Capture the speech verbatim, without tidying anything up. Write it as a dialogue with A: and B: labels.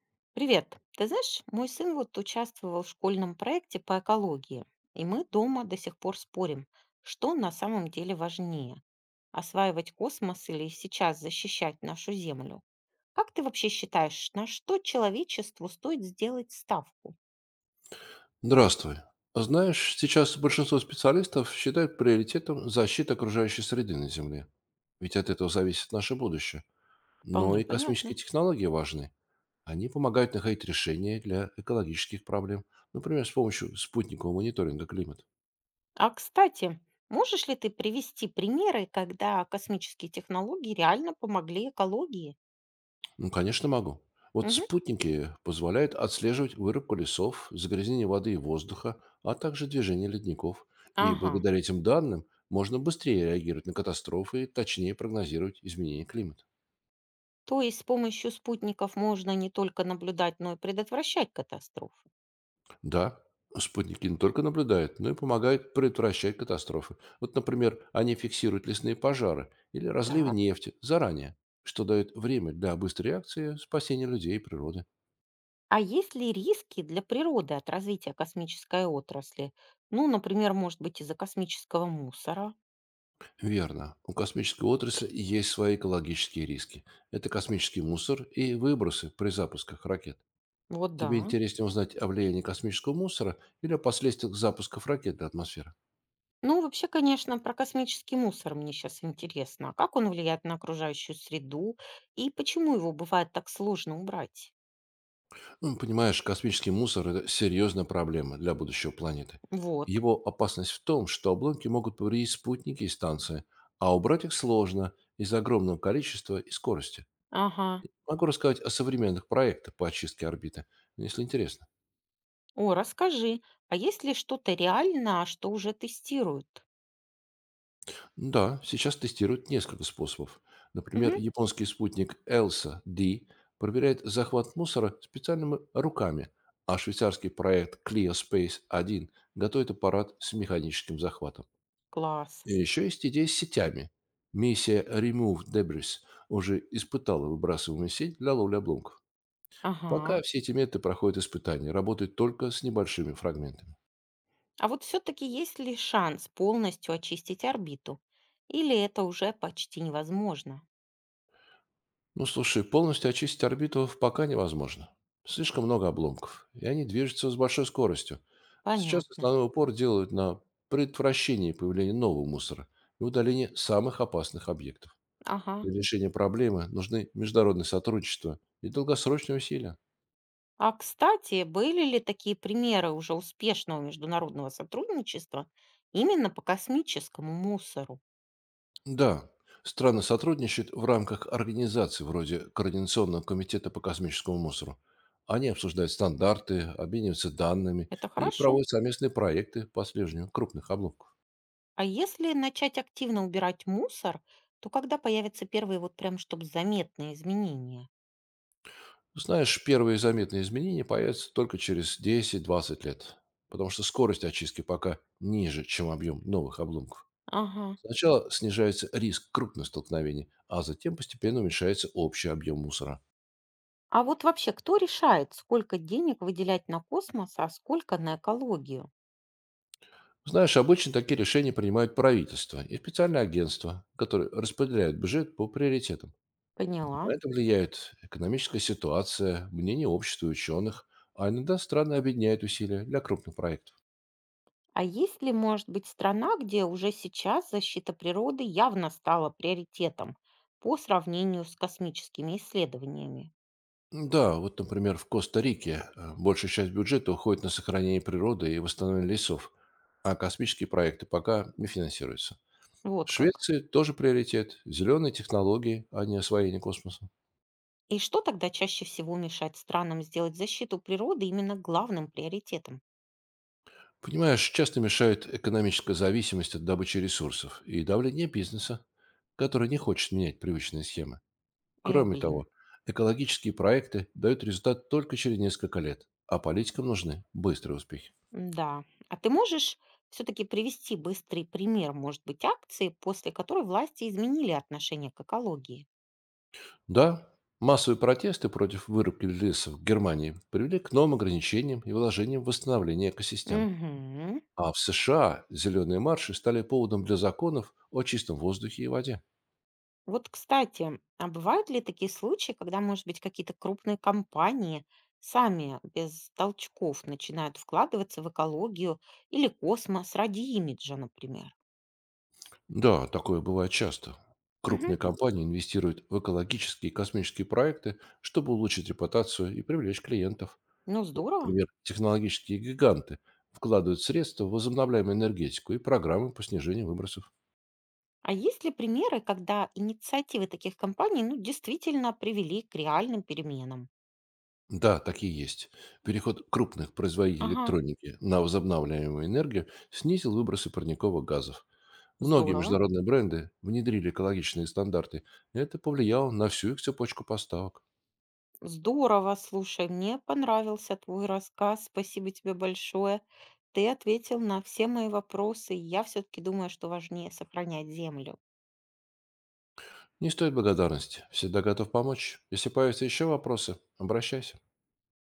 A: Привет. Ты знаешь, мой сын вот участвовал в школьном проекте по экологии, и мы дома до сих пор спорим, что на самом деле важнее – осваивать космос или сейчас защищать нашу Землю. Как ты вообще считаешь, на что человечеству стоит сделать ставку?
B: Здравствуй. Знаешь, сейчас большинство специалистов считают приоритетом защиту окружающей среды на Земле. Ведь от этого зависит наше будущее. Но
A: Вполне
B: и
A: понятно.
B: космические технологии важны. Они помогают находить решения для экологических проблем, например, с помощью спутникового мониторинга климата.
A: А, кстати, можешь ли ты привести примеры, когда космические технологии реально помогли экологии?
B: Ну, конечно, могу. Вот
A: Мгм.
B: спутники позволяют отслеживать вырубку лесов, загрязнение воды и воздуха, а также движение ледников. И
A: Ага.
B: благодаря этим данным можно быстрее реагировать на катастрофы и точнее прогнозировать изменения климата.
A: То есть с помощью спутников можно не только наблюдать, но и предотвращать катастрофы.
B: Да, спутники не только наблюдают, но и помогают предотвращать катастрофы. Вот, например, они фиксируют лесные пожары или разливы
A: Так.
B: нефти заранее, что дает время для быстрой реакции спасения людей и природы.
A: А есть ли риски для природы от развития космической отрасли? Ну, например, может быть, из-за космического мусора.
B: Верно. У космической отрасли есть свои экологические риски. Это космический мусор и выбросы при запусках ракет.
A: Вот
B: Тебе
A: да.
B: интереснее узнать о влиянии космического мусора или о последствиях запусков ракет для атмосферы?
A: Ну, вообще, конечно, про космический мусор мне сейчас интересно. А как он влияет на окружающую среду и почему его бывает так сложно убрать?
B: Ну, понимаешь, космический мусор – это серьезная проблема для будущего планеты.
A: Вот.
B: Его опасность в том, что обломки могут повредить спутники и станции, а убрать их сложно из-за огромного количества и скорости.
A: Ага.
B: Могу рассказать о современных проектах по очистке орбиты, если интересно.
A: О, расскажи, а есть ли что-то реально, что уже тестируют?
B: Да, сейчас тестируют несколько способов. Например,
A: Угу.
B: японский спутник E L S A-D проверяет захват мусора специальными руками, а швейцарский проект Clio Space один готовит аппарат с механическим захватом.
A: Класс.
B: И еще есть идея с сетями. Миссия Remove Debris уже испытала выбрасываемую сеть для ловли обломков. Пока
A: Ага.
B: все эти методы проходят испытания, работают только с небольшими фрагментами.
A: А вот все-таки есть ли шанс полностью очистить орбиту? Или это уже почти невозможно?
B: Ну, слушай, полностью очистить орбиту пока невозможно. Слишком много обломков, и они движутся с большой скоростью. Сейчас
A: Понятно.
B: основной упор делают на предотвращение появления нового мусора и удаление самых опасных объектов.
A: Ага.
B: Для решения проблемы нужны международное сотрудничество и долгосрочные усилия.
A: А, кстати, были ли такие примеры уже успешного международного сотрудничества именно по космическому мусору?
B: Да, страны сотрудничают в рамках организаций вроде Координационного комитета по космическому мусору. Они обсуждают стандарты, обмениваются данными
A: Это
B: и
A: хорошо.
B: проводят совместные проекты по слежению крупных обломков.
A: А если начать активно убирать мусор, то когда появятся первые вот прям чтобы заметные изменения?
B: Знаешь, первые заметные изменения появятся только через десять-двадцать лет, потому что скорость очистки пока ниже, чем объем новых обломков.
A: Ага.
B: Сначала снижается риск крупных столкновений, а затем постепенно уменьшается общий объем мусора.
A: А вот вообще, кто решает, сколько денег выделять на космос, а сколько на экологию?
B: Знаешь, обычно такие решения принимают правительство и специальные агентства, которые распределяют бюджет по приоритетам.
A: Поняла.
B: На это влияет экономическая ситуация, мнение общества и ученых, а иногда страны объединяют усилия для крупных проектов.
A: А есть ли, может быть, страна, где уже сейчас защита природы явно стала приоритетом по сравнению с космическими исследованиями?
B: Да, вот, например, в Коста-Рике э, большая часть бюджета уходит на сохранение природы и восстановление лесов, а космические проекты пока не финансируются. В
A: Вот как.
B: Швеции тоже приоритет – зеленые технологии, а не освоение космоса.
A: И что тогда чаще всего мешает странам сделать защиту природы именно главным приоритетом?
B: Понимаешь, часто мешает экономическая зависимость от добычи ресурсов и давление бизнеса, который не хочет менять привычные схемы.
A: Эх,
B: Кроме
A: блин,
B: того, экологические проекты дают результат только через несколько лет, а политикам нужны быстрые успехи.
A: да. А ты можешь все-таки привести быстрый пример, может быть, акции, после которой власти изменили отношение к экологии?
B: Да, массовые протесты против вырубки лесов в Германии привели к новым ограничениям и вложениям в восстановление экосистем.
A: Угу.
B: А в С Ш А зеленые марши стали поводом для законов о чистом воздухе и воде.
A: Вот, кстати, а бывают ли такие случаи, когда, может быть, какие-то крупные компании сами без толчков начинают вкладываться в экологию или космос ради имиджа, например?
B: Да, такое бывает часто.
A: Мгм.
B: Крупные компании инвестируют в экологические и космические проекты, чтобы улучшить репутацию и привлечь клиентов.
A: Ну, здорово.
B: Например, технологические гиганты вкладывают средства в возобновляемую энергетику и программы по снижению выбросов.
A: А есть ли примеры, когда инициативы таких компаний, ну, действительно привели к реальным переменам?
B: Да, такие есть. Переход крупных производителей
A: Ага,
B: электроники на возобновляемую энергию снизил выбросы парниковых газов. Многие
A: здорово.
B: международные бренды внедрили экологичные стандарты. Это повлияло на всю их цепочку поставок.
A: Здорово, слушай, мне понравился твой рассказ. Спасибо тебе большое. Ты ответил на все мои вопросы. И я все-таки думаю, что важнее сохранять землю.
B: Не стоит благодарности. Всегда готов помочь. Если появятся еще вопросы, обращайся.